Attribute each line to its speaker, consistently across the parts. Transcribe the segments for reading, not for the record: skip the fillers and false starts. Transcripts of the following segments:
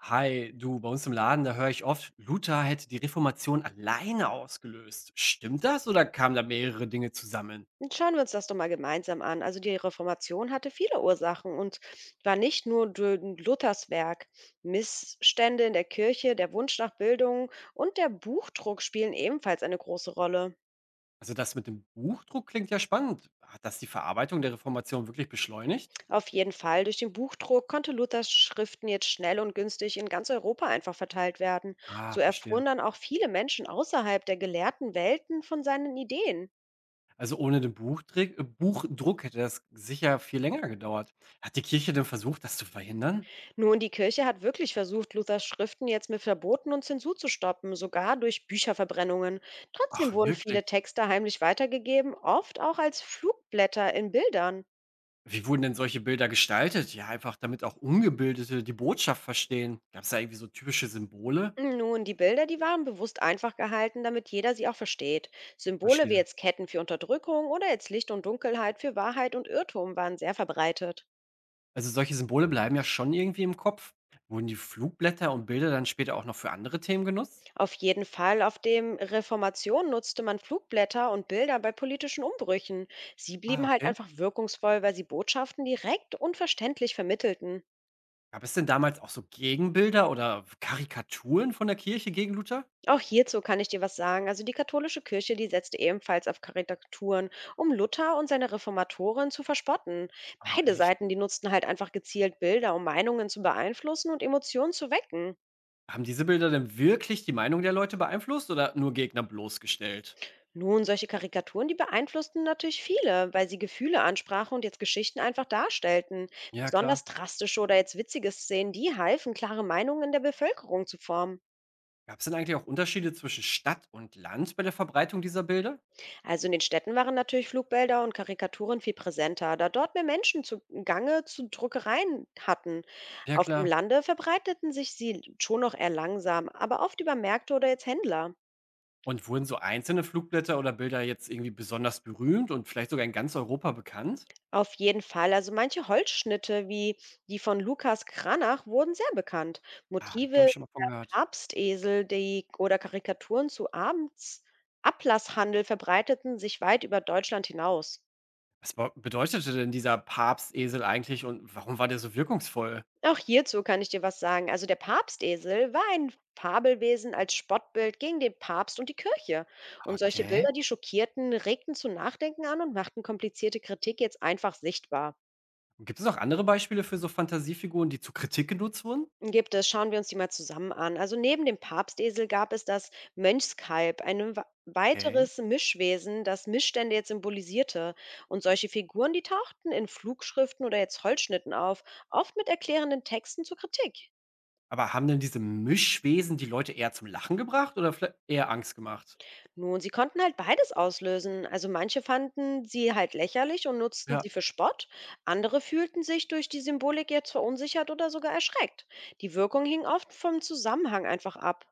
Speaker 1: Hi, du, bei uns im Laden, da höre ich oft, Luther hätte die Reformation alleine ausgelöst. Stimmt das oder kamen da mehrere Dinge zusammen?
Speaker 2: Schauen wir uns das doch mal gemeinsam an. Also die Reformation hatte viele Ursachen und war nicht nur durch Luthers Werk. Missstände in der Kirche, der Wunsch nach Bildung und der Buchdruck spielen ebenfalls eine große Rolle.
Speaker 1: Also das mit dem Buchdruck klingt ja spannend. Hat das die Verarbeitung der Reformation wirklich beschleunigt?
Speaker 2: Auf jeden Fall, durch den Buchdruck konnte Luthers Schriften jetzt schnell und günstig in ganz Europa einfach verteilt werden.
Speaker 1: Ah,
Speaker 2: So
Speaker 1: verstehe.
Speaker 2: erfuhren dann auch viele Menschen außerhalb der gelehrten Welten von seinen Ideen.
Speaker 1: Also ohne den Buchdruck, Buchdruck hätte das sicher viel länger gedauert. Hat die Kirche denn versucht, das zu verhindern?
Speaker 2: Nun, die Kirche hat wirklich versucht, Luthers Schriften jetzt mit Verboten und Zensur zu stoppen, sogar durch Bücherverbrennungen. Trotzdem
Speaker 1: Ach,
Speaker 2: wurden
Speaker 1: wirklich?
Speaker 2: viele Texte heimlich weitergegeben, oft auch als Flugblätter in Bildern.
Speaker 1: Wie wurden denn solche Bilder gestaltet? Ja, einfach damit auch Ungebildete die Botschaft verstehen. Gab es da irgendwie so typische Symbole?
Speaker 2: Nun, die Bilder, die waren bewusst einfach gehalten, damit jeder sie auch versteht. Symbole wie
Speaker 1: Verstehe.
Speaker 2: jetzt Ketten für Unterdrückung oder jetzt Licht und Dunkelheit für Wahrheit und Irrtum waren sehr verbreitet.
Speaker 1: Also, solche Symbole bleiben ja schon irgendwie im Kopf. Wurden die Flugblätter und Bilder dann später auch noch für andere Themen genutzt?
Speaker 2: Auf jeden Fall. Auf dem Reformation nutzte man Flugblätter und Bilder bei politischen Umbrüchen. Sie
Speaker 1: Ah,
Speaker 2: blieben halt
Speaker 1: okay.
Speaker 2: einfach wirkungsvoll, weil sie Botschaften direkt und verständlich vermittelten.
Speaker 1: Gab es denn damals auch so Gegenbilder oder Karikaturen von der Kirche gegen Luther?
Speaker 2: Auch hierzu kann ich dir was sagen. Also die katholische Kirche, die setzte ebenfalls auf Karikaturen, um Luther und seine Reformatoren zu verspotten.
Speaker 1: Oh,
Speaker 2: Beide
Speaker 1: echt?
Speaker 2: Seiten, die nutzten halt einfach gezielt Bilder, um Meinungen zu beeinflussen und Emotionen zu wecken.
Speaker 1: Haben diese Bilder denn wirklich die Meinung der Leute beeinflusst oder nur Gegner bloßgestellt?
Speaker 2: Nun, solche Karikaturen, die beeinflussten natürlich viele, weil sie Gefühle ansprachen und jetzt Geschichten einfach darstellten.
Speaker 1: Ja, klar.
Speaker 2: Besonders drastische oder jetzt witzige Szenen, die halfen, klare Meinungen in der Bevölkerung zu formen.
Speaker 1: Gab es denn eigentlich auch Unterschiede zwischen Stadt und Land bei der Verbreitung dieser Bilder?
Speaker 2: Also in den Städten waren natürlich Flugbilder und Karikaturen viel präsenter, da dort mehr Menschen zu Gange zu Druckereien hatten.
Speaker 1: Ja,
Speaker 2: Auf dem
Speaker 1: klar.
Speaker 2: Lande verbreiteten sich sie schon noch eher langsam, aber oft über Märkte oder jetzt Händler.
Speaker 1: Und wurden so einzelne Flugblätter oder Bilder jetzt irgendwie besonders berühmt und vielleicht sogar in ganz Europa bekannt?
Speaker 2: Auf jeden Fall, also manche Holzschnitte wie die von Lukas Kranach wurden sehr bekannt.
Speaker 1: Ah, habe ich, glaube
Speaker 2: Motive
Speaker 1: ich, schon mal von gehört.
Speaker 2: Papstesel, die oder Karikaturen zu Abends Ablasshandel verbreiteten sich weit über Deutschland hinaus.
Speaker 1: Was bau bedeutete denn dieser Papstesel eigentlich und warum war der so wirkungsvoll?
Speaker 2: Auch hierzu kann ich dir was sagen. Also der Papstesel war ein Fabelwesen als Spottbild gegen den Papst und die Kirche. Und solche
Speaker 1: Okay.
Speaker 2: Bilder, die schockierten, regten zu Nachdenken an und machten komplizierte Kritik jetzt einfach sichtbar.
Speaker 1: Gibt es noch andere Beispiele für so Fantasiefiguren, die zur Kritik genutzt wurden?
Speaker 2: Gibt es, schauen wir uns die mal zusammen an. Also neben dem Papstesel gab es das Mönchskalb, ein
Speaker 1: Okay.
Speaker 2: weiteres Mischwesen, das Missstände jetzt symbolisierte. Und solche Figuren, die tauchten in Flugschriften oder jetzt Holzschnitten auf, oft mit erklärenden Texten zur Kritik.
Speaker 1: Aber haben denn diese Mischwesen die Leute eher zum Lachen gebracht oder viellei eher Angst gemacht?
Speaker 2: Nun, sie konnten halt beides auslösen. Also manche fanden sie halt lächerlich und nutzten
Speaker 1: Ja.
Speaker 2: sie für Spott, andere fühlten sich durch die Symbolik jetzt verunsichert oder sogar erschreckt. Die Wirkung hing oft vom Zusammenhang einfach ab.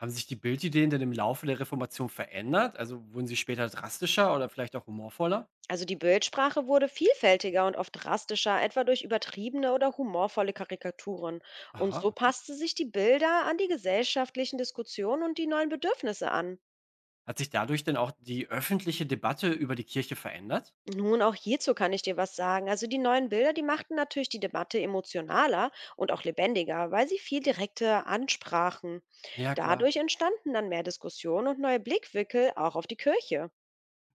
Speaker 1: Haben sich die Bildideen denn im Laufe der Reformation verändert? Also, wurden sie später drastischer oder vielleicht auch humorvoller?
Speaker 2: Also die Bildsprache wurde vielfältiger und oft drastischer, etwa durch übertriebene oder humorvolle Karikaturen. Und
Speaker 1: Aha,
Speaker 2: so
Speaker 1: okay.
Speaker 2: passte sich die Bilder an die gesellschaftlichen Diskussionen und die neuen Bedürfnisse an.
Speaker 1: Hat sich dadurch denn auch die öffentliche Debatte über die Kirche verändert?
Speaker 2: Nun, auch hierzu kann ich dir was sagen. Also die neuen Bilder, die machten natürlich die Debatte emotionaler und auch lebendiger, weil sie viel direkter ansprachen.
Speaker 1: Ja, klar.
Speaker 2: Dadurch entstanden dann mehr Diskussionen und neue Blickwinkel auch auf die Kirche.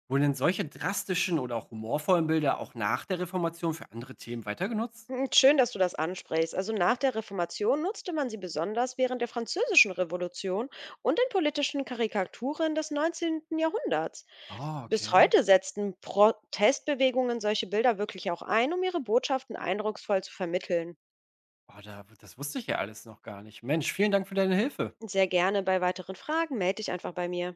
Speaker 1: Wurden denn solche drastischen oder auch humorvollen Bilder auch nach der Reformation für andere Themen weitergenutzt?
Speaker 2: Hm, schön, dass du das ansprichst. Also nach der Reformation nutzte man sie besonders während der Französischen Revolution und in politischen Karikaturen des 19. Jahrhunderts.
Speaker 1: Ah,
Speaker 2: Bis
Speaker 1: okay.
Speaker 2: heute setzten Protestbewegungen solche Bilder wirklich auch ein, um ihre Botschaften eindrucksvoll zu vermitteln.
Speaker 1: Oh, da, das wusste ich ja alles noch gar nicht. Mensch, vielen Dank für deine Hilfe.
Speaker 2: Sehr gerne bei weiteren Fragen melde dich einfach bei mir.